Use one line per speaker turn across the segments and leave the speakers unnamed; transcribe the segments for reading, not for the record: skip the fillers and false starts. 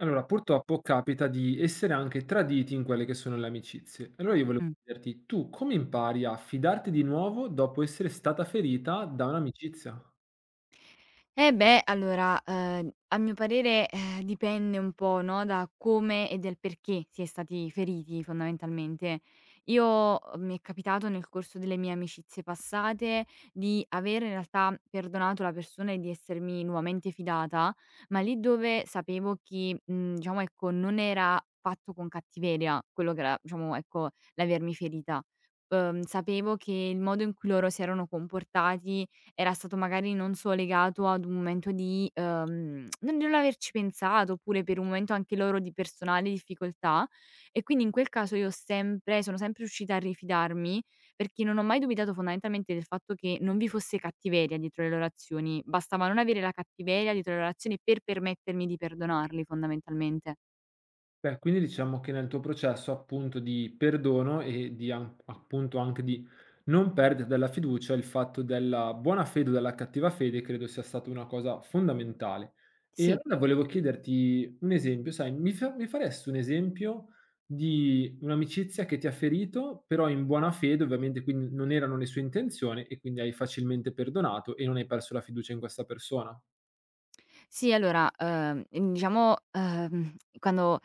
Allora, purtroppo capita di essere anche traditi in quelle che sono le amicizie. Allora io volevo
Mh.
chiederti, tu come impari a fidarti di nuovo dopo essere stata ferita da un'amicizia?
Allora, a mio parere, dipende un po', no, da come e del perché si è stati feriti fondamentalmente. Io mi è capitato nel corso delle mie amicizie passate di avere in realtà perdonato la persona e di essermi nuovamente fidata, ma lì dove sapevo chi, diciamo ecco, non era fatto con cattiveria quello che era, diciamo ecco, l'avermi ferita. Sapevo che il modo in cui loro si erano comportati era stato magari non so legato ad un momento di, non averci pensato, oppure per un momento anche loro di personale difficoltà, e quindi in quel caso io ho sempre sono sempre riuscita a rifidarmi, perché non ho mai dubitato fondamentalmente del fatto che non vi fosse cattiveria dietro le loro azioni. Bastava non avere la cattiveria dietro le loro azioni per permettermi di perdonarli fondamentalmente.
Beh, quindi diciamo che nel tuo processo, appunto, di perdono e anche di non perdita della fiducia, il fatto della buona fede o della cattiva fede credo sia stata una cosa fondamentale. E
Sì.
allora volevo chiederti un esempio, sai, mi faresti un esempio di un'amicizia che ti ha ferito, però in buona fede, ovviamente, quindi non erano le sue intenzioni e quindi hai facilmente perdonato e non hai perso la fiducia in questa persona?
Sì, allora, diciamo, quando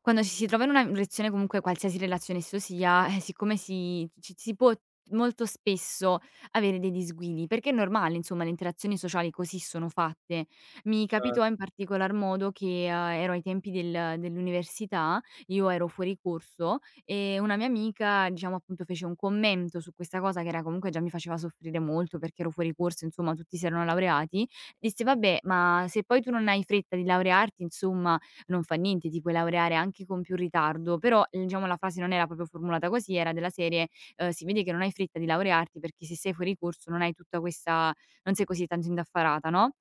quando ci si trova in una lezione, comunque qualsiasi relazione esso sia, siccome si ci si può molto spesso avere dei disguidi, perché è normale insomma, le interazioni sociali così sono fatte. Mi capitò in particolar modo che, ero ai tempi dell'università, io ero fuori corso e una mia amica, diciamo appunto, fece un commento su questa cosa, che era comunque già mi faceva soffrire molto perché ero fuori corso, insomma tutti si erano laureati. Dissi: "Vabbè, ma se poi tu non hai fretta di laurearti, insomma, non fa niente, ti puoi laureare anche con più ritardo". Però, diciamo la frase non era proprio formulata così, era della serie, "Si vede che non hai fretta di laurearti perché se sei fuori corso non hai tutta questa, non sei così tanto indaffarata", no,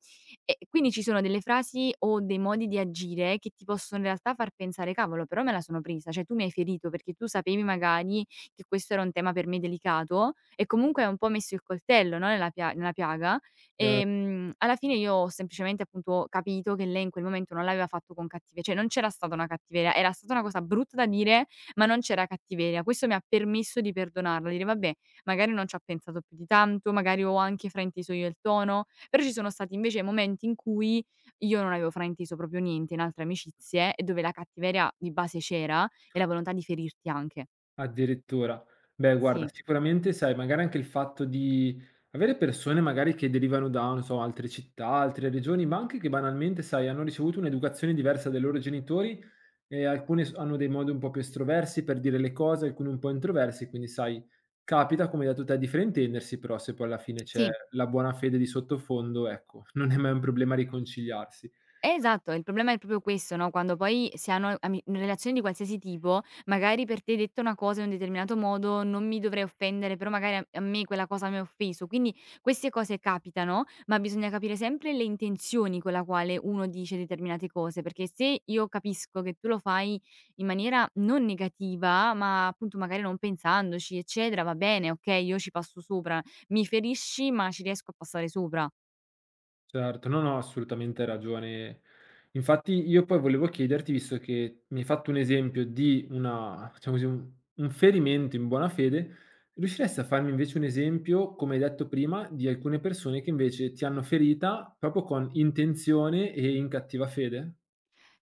e quindi ci sono delle frasi o dei modi di agire che ti possono in realtà far pensare: "Cavolo, però me la sono presa, cioè tu mi hai ferito perché tu sapevi magari che questo era un tema per me delicato e comunque hai un po' messo il coltello, no, nella piaga".
Cer
Alla fine io ho semplicemente, appunto, capito che lei in quel momento non l'aveva fatto con cattive cioè non c'era stata una cattiveria, era stata una cosa brutta da dire, ma non c'era cattiveria. Questo mi ha permesso di perdonarla, dire: "Vabbè, magari non ci ha pensato più di tanto, magari ho anche frainteso io il tono", però ci sono stati invece momenti in cui io non avevo frainteso proprio niente in altre amicizie, e dove la cattiveria di base c'era e la volontà di ferirti anche.
Addirittura. Beh, guarda,
Sì,
sicuramente sai, magari anche il fatto di avere persone magari che derivano da, non so, altre città, altre regioni, ma anche che banalmente, sai, hanno ricevuto un'educazione diversa dai loro genitori e hanno dei modi un po' più estroversi per dire le cose, alcune un po' introversi, quindi sai, capita, come hai detto te, di fraintendersi, però se poi alla fine c'è
sì.
la buona fede di sottofondo, ecco, non è mai un problema riconciliarsi.
Esatto, il problema è proprio questo, no, quando poi si hanno ami relazioni di qualsiasi tipo, magari per te detta una cosa in un determinato modo non mi dovrei offendere, però magari a me quella cosa mi ha offeso. Quindi queste cose capitano, ma bisogna capire sempre le intenzioni con la quale uno dice determinate cose, perché se io capisco che tu lo fai in maniera non negativa, ma appunto magari non pensandoci, eccetera, va bene, okay, io ci passo sopra. Mi ferisci, ma ci riesco a passare sopra.
Certo, no, no, assolutamente hai ragione. Infatti io poi volevo chiederti, visto che mi hai fatto un esempio di una diciamo così, un ferimento in buona fede, riusciresti a farmi invece un esempio, come hai detto prima, di alcune persone che invece ti hanno ferita proprio con intenzione e in cattiva fede?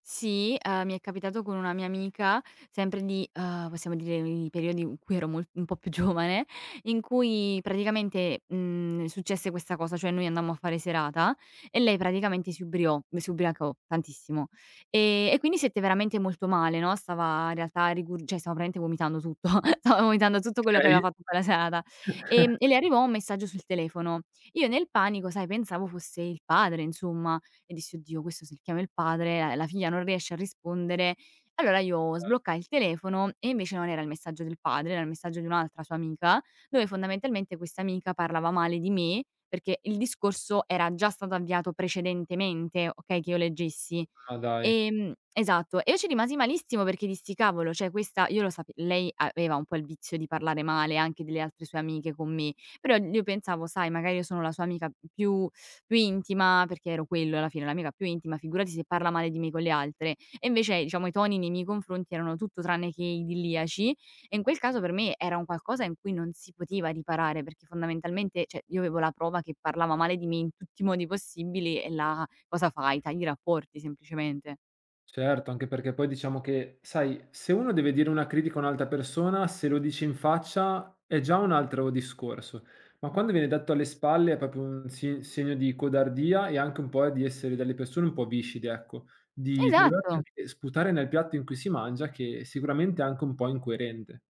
Sì, mi è capitato con una mia amica, sempre di possiamo dire di periodi in cui ero mol un po' più giovane, in cui praticamente, successe questa cosa, cioè noi andammo a fare serata e lei praticamente si ubriacò tantissimo. E quindi stette veramente molto male, no, stava in realtà rigur cioè stava praticamente vomitando tutto, stava vomitando tutto quello che aveva
Okay.
fatto quella serata. E le arrivò un messaggio sul telefono. Io nel panico, sai, pensavo fosse il padre insomma, e dissi: "Oddio, questo se l chiamo il padre, la figlia non riesce a rispondere". Allora io sbloccai il telefono e invece non era il messaggio del padre, era il messaggio di un'altra sua amica, dove fondamentalmente questa amica parlava male di me, perché il discorso era già stato avviato precedentemente, okay, che io leggessi.
Ma dai.
Esatto. E io ci rimasi malissimo perché dissi: "Cavolo, cioè questa", io lo sape lei aveva un po' il vizio di parlare male anche delle altre sue amiche con me, però io pensavo: "Sai, magari io sono la sua amica più intima", perché ero quello alla fine, l'amica più intima, figurati se parla male di me con le altre. E invece, diciamo, i toni nei miei confronti erano tutto tranne che idilliaci, e in quel caso per me era un qualcosa in cui non si poteva riparare, perché fondamentalmente, cioè, io avevo la prova che parlava male di me in tutti i modi possibili e la cosa fai? Tagli i rapporti semplicemente.
Certo, anche perché poi diciamo che, sai, se uno deve dire una critica a un'altra persona, se lo dici in faccia è già un altro discorso, ma quando viene detto alle spalle è proprio un segno di codardia e anche un po' di essere delle persone un po' viscide, ecco, di dover
Esatto.
anche sputare nel piatto in cui si mangia, che sicuramente è anche un po' incoerente.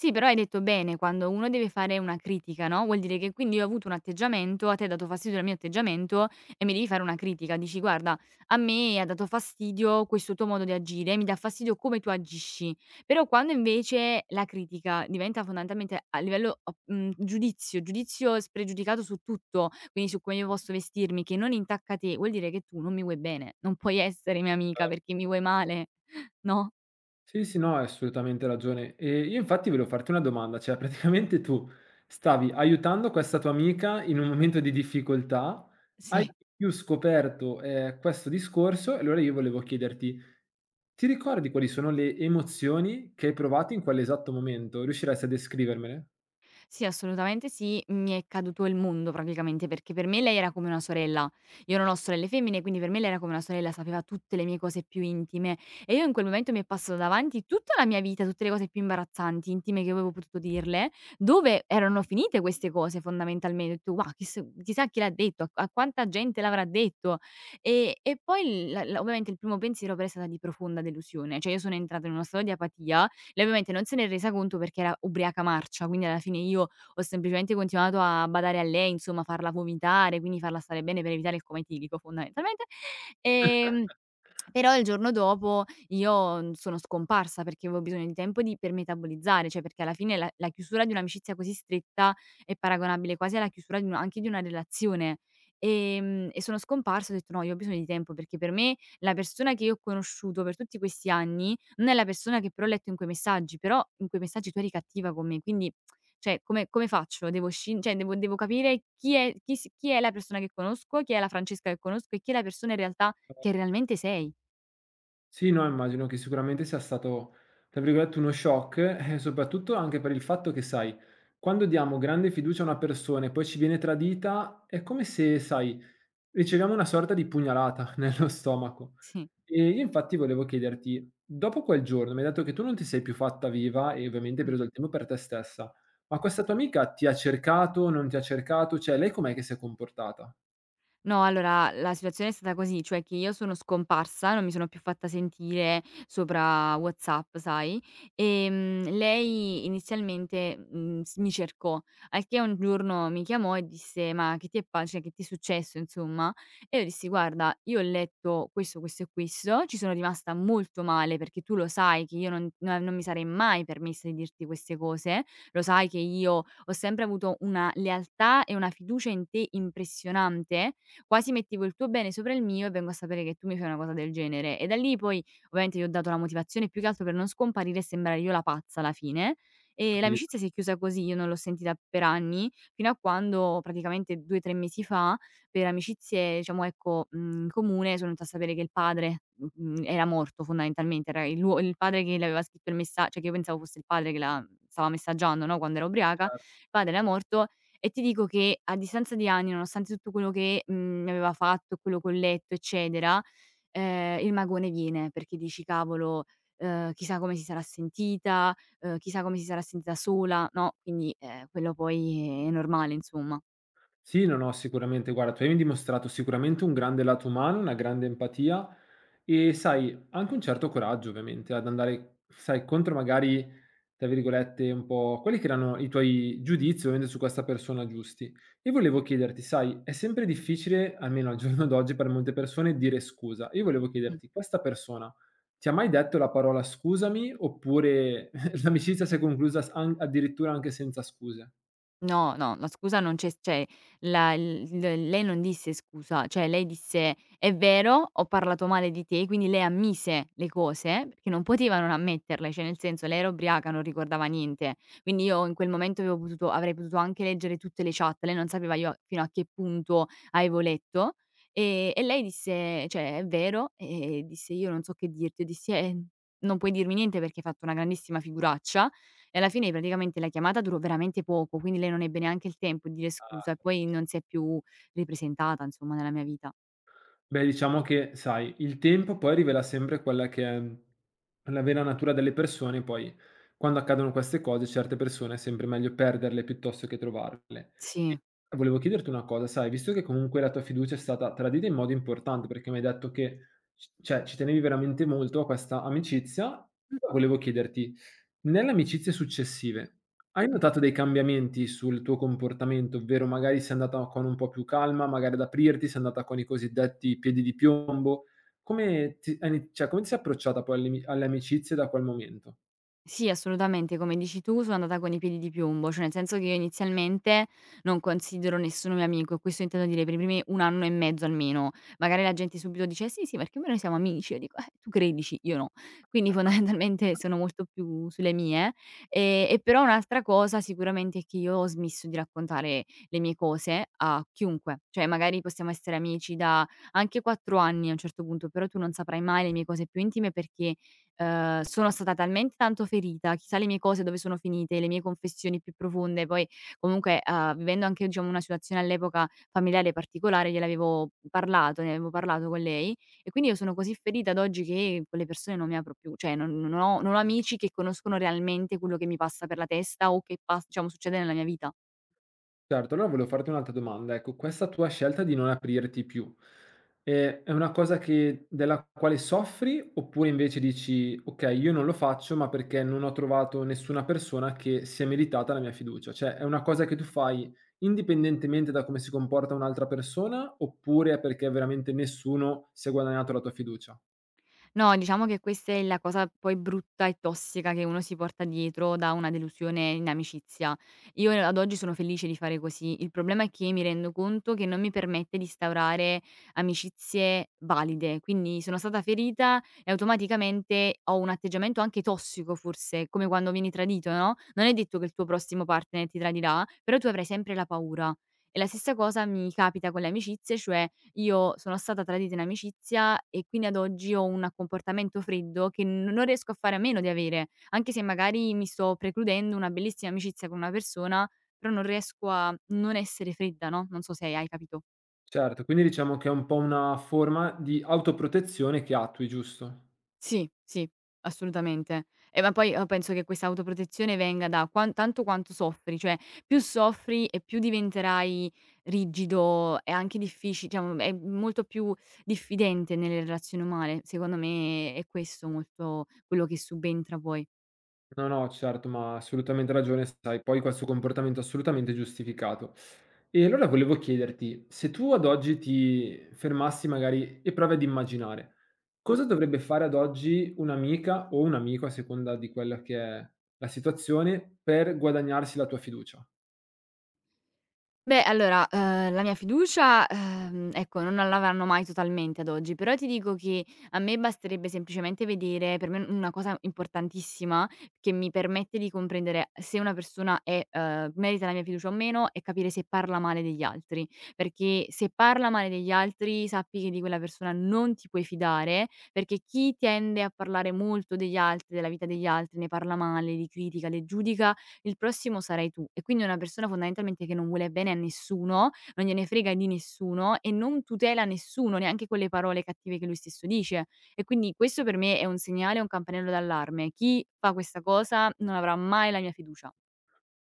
Sì, però hai detto bene, quando uno deve fare una critica, no, vuol dire che quindi io ho avuto un atteggiamento, a te ha dato fastidio il mio atteggiamento e mi devi fare una critica. Dici: "Guarda, a me ha dato fastidio questo tuo modo di agire, mi dà fastidio come tu agisci". Però quando invece la critica diventa fondamentalmente a livello giudizio, giudizio spregiudicato su tutto, quindi su come io posso vestirmi, che non intacca te, vuol dire che tu non mi vuoi bene, non puoi essere mia amica perché mi vuoi male, no?
Sì, sì, no, hai assolutamente ragione. E io infatti volevo farti una domanda, cioè praticamente tu stavi aiutando questa tua amica in un momento di difficoltà, hai
Sì.
più scoperto, questo discorso e allora io volevo chiederti: ti ricordi quali sono le emozioni che hai provato in quell'esatto momento? Riusciresti a descrivermele?
Sì, assolutamente sì, mi è caduto il mondo praticamente, perché per me lei era come una sorella. Io non ho sorelle femmine, quindi per me lei era come una sorella, sapeva tutte le mie cose più intime, e io in quel momento mi è passato davanti tutta la mia vita, tutte le cose più imbarazzanti, intime che avevo potuto dirle, dove erano finite queste cose fondamentalmente. Ho detto: "Wow, chissà chi l'ha detto, a quanta gente l'avrà detto". E poi il la la ovviamente il primo pensiero però è stata di profonda delusione, cioè io sono entrata in uno stato di apatia. Lei ovviamente non se n'è resa conto perché era ubriaca marcia, quindi alla fine io ho semplicemente continuato a badare a lei, insomma farla vomitare, quindi farla stare bene per evitare il coma etilico fondamentalmente. Ehm, Però il giorno dopo io, sono scomparsa perché avevo bisogno di tempo di per metabolizzare, cioè perché alla fine la chiusura di un'amicizia così stretta è paragonabile quasi alla chiusura di una, anche di una relazione. E sono scomparsa, ho detto: "No, io ho bisogno di tempo", perché per me la persona che io ho conosciuto per tutti questi anni non è la persona che però ha letto in quei messaggi, però in quei messaggi tu eri cattiva con me, quindi cioè come faccio? Devo scin cioè devo devo capire chi è la persona che conosco, chi è la Francesca che conosco e chi è la persona in realtà che realmente sei.
Sì, no, immagino che sicuramente sia stato, tra virgolette, "uno shock", soprattutto anche per il fatto che, sai, quando diamo grande fiducia a una persona e poi ci viene tradita, è come se, sai, riceviamo una sorta di pugnalata nello stomaco.
Sì,
E io infatti volevo chiederti, dopo quel giorno mi hai detto che tu non ti sei più fatta viva e ovviamente hai
mh.
preso il tempo per te stessa, ma questa tua amica ti ha cercato, non ti ha cercato? Cioè, lei com'è che si è comportata?
No, allora la situazione è stata così, cioè che io sono scomparsa, non mi sono più fatta sentire sopra WhatsApp, sai, lei inizialmente, mhmm, s mi cercò, al che un giorno mi chiamò e disse: "Ma che ti è pa cioè che ti è successo insomma?" E io dissi: "Guarda, io ho letto questo, questo e questo, ci sono rimasta molto male perché tu lo sai che io non mi sarei mai permessa di dirti queste cose, lo sai che io ho sempre avuto una lealtà e una fiducia in te impressionante, quasi mettevo il tuo bene sopra il mio e vengo a sapere che tu mi fai una cosa del genere. E da lì poi ovviamente gli ho dato la motivazione più che altro per non scomparire e sembrare io la pazza alla fine. E l'amicizia si è chiusa così, io non l'ho sentita per anni, fino a quando praticamente 2 o 3 mesi fa, per amicizie diciamo ecco, in comune sono venuta a sapere che il padre, era morto fondamentalmente, era il padre che le aveva scritto il messa cioè che io pensavo fosse il padre che la stava messaggiando, no, quando era ubriaca, il padre era morto. E ti dico che a distanza di anni, nonostante tutto quello che, mi aveva fatto, quello che ho letto, eccetera, il magone viene, perché dici: "Cavolo, chissà come si sarà sentita, chissà come si sarà sentita sola", no, quindi, quello poi è normale insomma.
Sì, no, no, sicuramente. Guarda, tu hai dimostrato sicuramente un grande lato umano, una grande empatia e sai, anche un certo coraggio ovviamente ad andare, sai, contro magari, tra virgolette, un po' quelli che erano i tuoi giudizi ovviamente su questa persona giusti. E volevo chiederti, sai, è sempre difficile, almeno al giorno d'oggi per molte persone, dire scusa. Io volevo chiederti, questa persona ti ha mai detto la parola scusami oppure l'amicizia si è conclusa addirittura anche senza scuse?
No, no, la scusa non c'è s cioè la il l lei non disse scusa, cioè lei disse: "È vero, ho parlato male di te", quindi lei ammise le cose, perché non poteva non ammetterle, cioè nel senso lei era ubriaca, non ricordava niente. Quindi io in quel momento avevo potuto avrei potuto anche leggere tutte le chat, lei non sapeva io fino a che punto avevo letto, e lei disse cioè: "È vero", e disse: "Io non so che dirti". Io dissi: non puoi dirmi niente perché hai fatto una grandissima figuraccia". E alla fine praticamente la chiamata durò veramente poco, quindi lei non ebbe neanche il tempo di dire scusa
Ah.
e poi non si è più ripresentata insomma nella mia vita.
Beh, diciamo che, sai, il tempo poi rivela sempre quella che è mhmm, la vera natura delle persone, poi quando accadono queste cose certe persone è sempre meglio perderle piuttosto che trovarle.
Sì.
E volevo chiederti una cosa, sai, visto che comunque la tua fiducia è stata tradita in modo importante, perché mi hai detto che c cioè ci tenevi veramente molto a questa amicizia,
Mh.
volevo chiederti nelle amicizie successive, hai notato dei cambiamenti sul tuo comportamento, ovvero magari sei andata con un po' più calma, magari ad aprirti, sei andata con i cosiddetti piedi di piombo. Come ti hai ini Cioè come ti sei approcciata poi alle amicizie da quel momento?
Sì, assolutamente, come dici tu sono andata con i piedi di piombo, cioè nel senso che io inizialmente non considero nessuno mio amico e questo intendo dire per i primi 1 anno e mezzo almeno. Magari la gente subito dice: "Eh" "Sì, sì, perché noi siamo amici." Io dico: tu credici, io no." Quindi fondamentalmente sono molto più sulle mie. E però un'altra cosa sicuramente è che io ho smesso di raccontare le mie cose a chiunque, cioè magari possiamo essere amici da anche 4 anni a un certo punto, però tu non saprai mai le mie cose più intime perché sono stata talmente tanto ferita, chissà le mie cose dove sono finite, le mie confessioni più profonde, poi comunque, vivendo anche diciamo una situazione all'epoca familiare particolare, gliel'avevo parlato, ne avevo parlato con lei e quindi io sono così ferita ad oggi che quelle persone non mi apro più, cioè non ho amici che conoscono realmente quello che mi passa per la testa o che pas diciamo succede nella mia vita.
Certo, allora volevo farti un'altra domanda. Ecco, questa tua scelta di non aprirti più, è una cosa che della quale soffri, oppure invece dici: "Okay, io non lo faccio, ma perché non ho trovato nessuna persona che sia meritata la mia fiducia." Cioè, è una cosa che tu fai indipendentemente da come si comporta un'altra persona, oppure è perché veramente nessuno si è guadagnato la tua fiducia?
No, diciamo che questa è la cosa poi brutta e tossica che uno si porta dietro da una delusione in amicizia. Io ad oggi sono felice di fare così. Il problema è che mi rendo conto che non mi permette di instaurare amicizie valide. Quindi sono stata ferita e automaticamente ho un atteggiamento anche tossico, forse, come quando vieni tradito, no? Non è detto che il tuo prossimo partner ti tradirà, però tu avrai sempre la paura. E la stessa cosa mi capita con le amicizie, cioè io sono stata tradita in amicizia e quindi ad oggi ho un comportamento freddo che n non riesco a fare a meno di avere, anche se magari mi sto precludendo una bellissima amicizia con una persona, però non riesco a non essere fredda, no, non so se hai capito.
Certo, quindi diciamo che è un po' una forma di autoprotezione che attui, giusto?
Sì, sì, assolutamente. E ma poi, penso che questa autoprotezione venga da quan tanto quanto soffri, cioè più soffri e più diventerai rigido e anche diffici cioè, mhmm, e molto più diffidente nelle relazioni umane. Secondo me è questo molto quello che subentra poi.
No, no, certo, ma assolutamente ragione, sai, poi questo comportamento è assolutamente giustificato. E allora volevo chiederti, se tu ad oggi ti fermassi magari e provi ad immaginare, cosa dovrebbe fare ad oggi un'amica o un amico, a seconda di quella che è la situazione, per guadagnarsi la tua fiducia?
Beh, allora, la mia fiducia, ecco, non l'avranno mai totalmente ad oggi, però ti dico che a me basterebbe semplicemente vedere per me una cosa importantissima, che mi permette di comprendere se una persona è merita la mia fiducia o meno, è capire se parla male degli altri. Perché se parla male degli altri, sappi che di quella persona non ti puoi fidare, perché chi tende a parlare molto degli altri, della vita degli altri, ne parla male, li critica, li giudica, il prossimo sarai tu. E quindi è una persona fondamentalmente che non vuole bene a nessuno, non gliene frega di nessuno e non tutela nessuno, neanche con le parole cattive che lui stesso dice. E quindi questo per me è un segnale, un campanello d'allarme. Chi fa questa cosa non avrà mai la mia fiducia.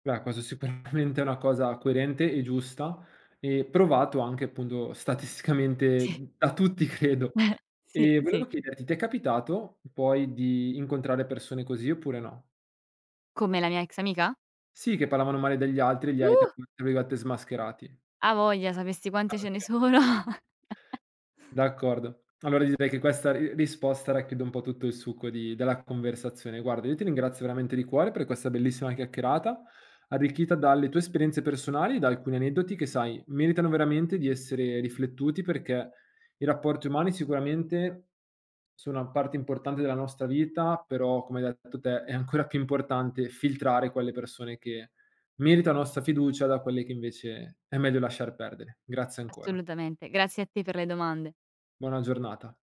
Beh, questo sicuramente è una cosa coerente e giusta e provato anche appunto statisticamente da tutti credo.
Sì,
E
sì, sì.
volevo chiederti, ti è capitato poi di incontrare persone così oppure no?
Come la mia ex amica?
Sì, che parlavano male degli altri e li hai tra
Uh!
virgolette "smascherati".
Ha voglia, sapessi
Ah,
quante ce ne
okay.
sono.
D'accordo. Allora direi che questa ri risposta racchiude un po' tutto il succo di della conversazione. Guarda, io ti ringrazio
Sì,
veramente di cuore per questa bellissima chiacchierata, arricchita dalle tue esperienze personali e da alcuni aneddoti che, sai, meritano veramente di essere riflettuti perché i rapporti umani sicuramente sono una parte importante della nostra vita, però come hai detto te è ancora più importante filtrare quelle persone che merita nostra fiducia da quelle che invece è meglio lasciar perdere. Grazie ancora.
assolutamente. Grazie a te per le domande.
Buona giornata.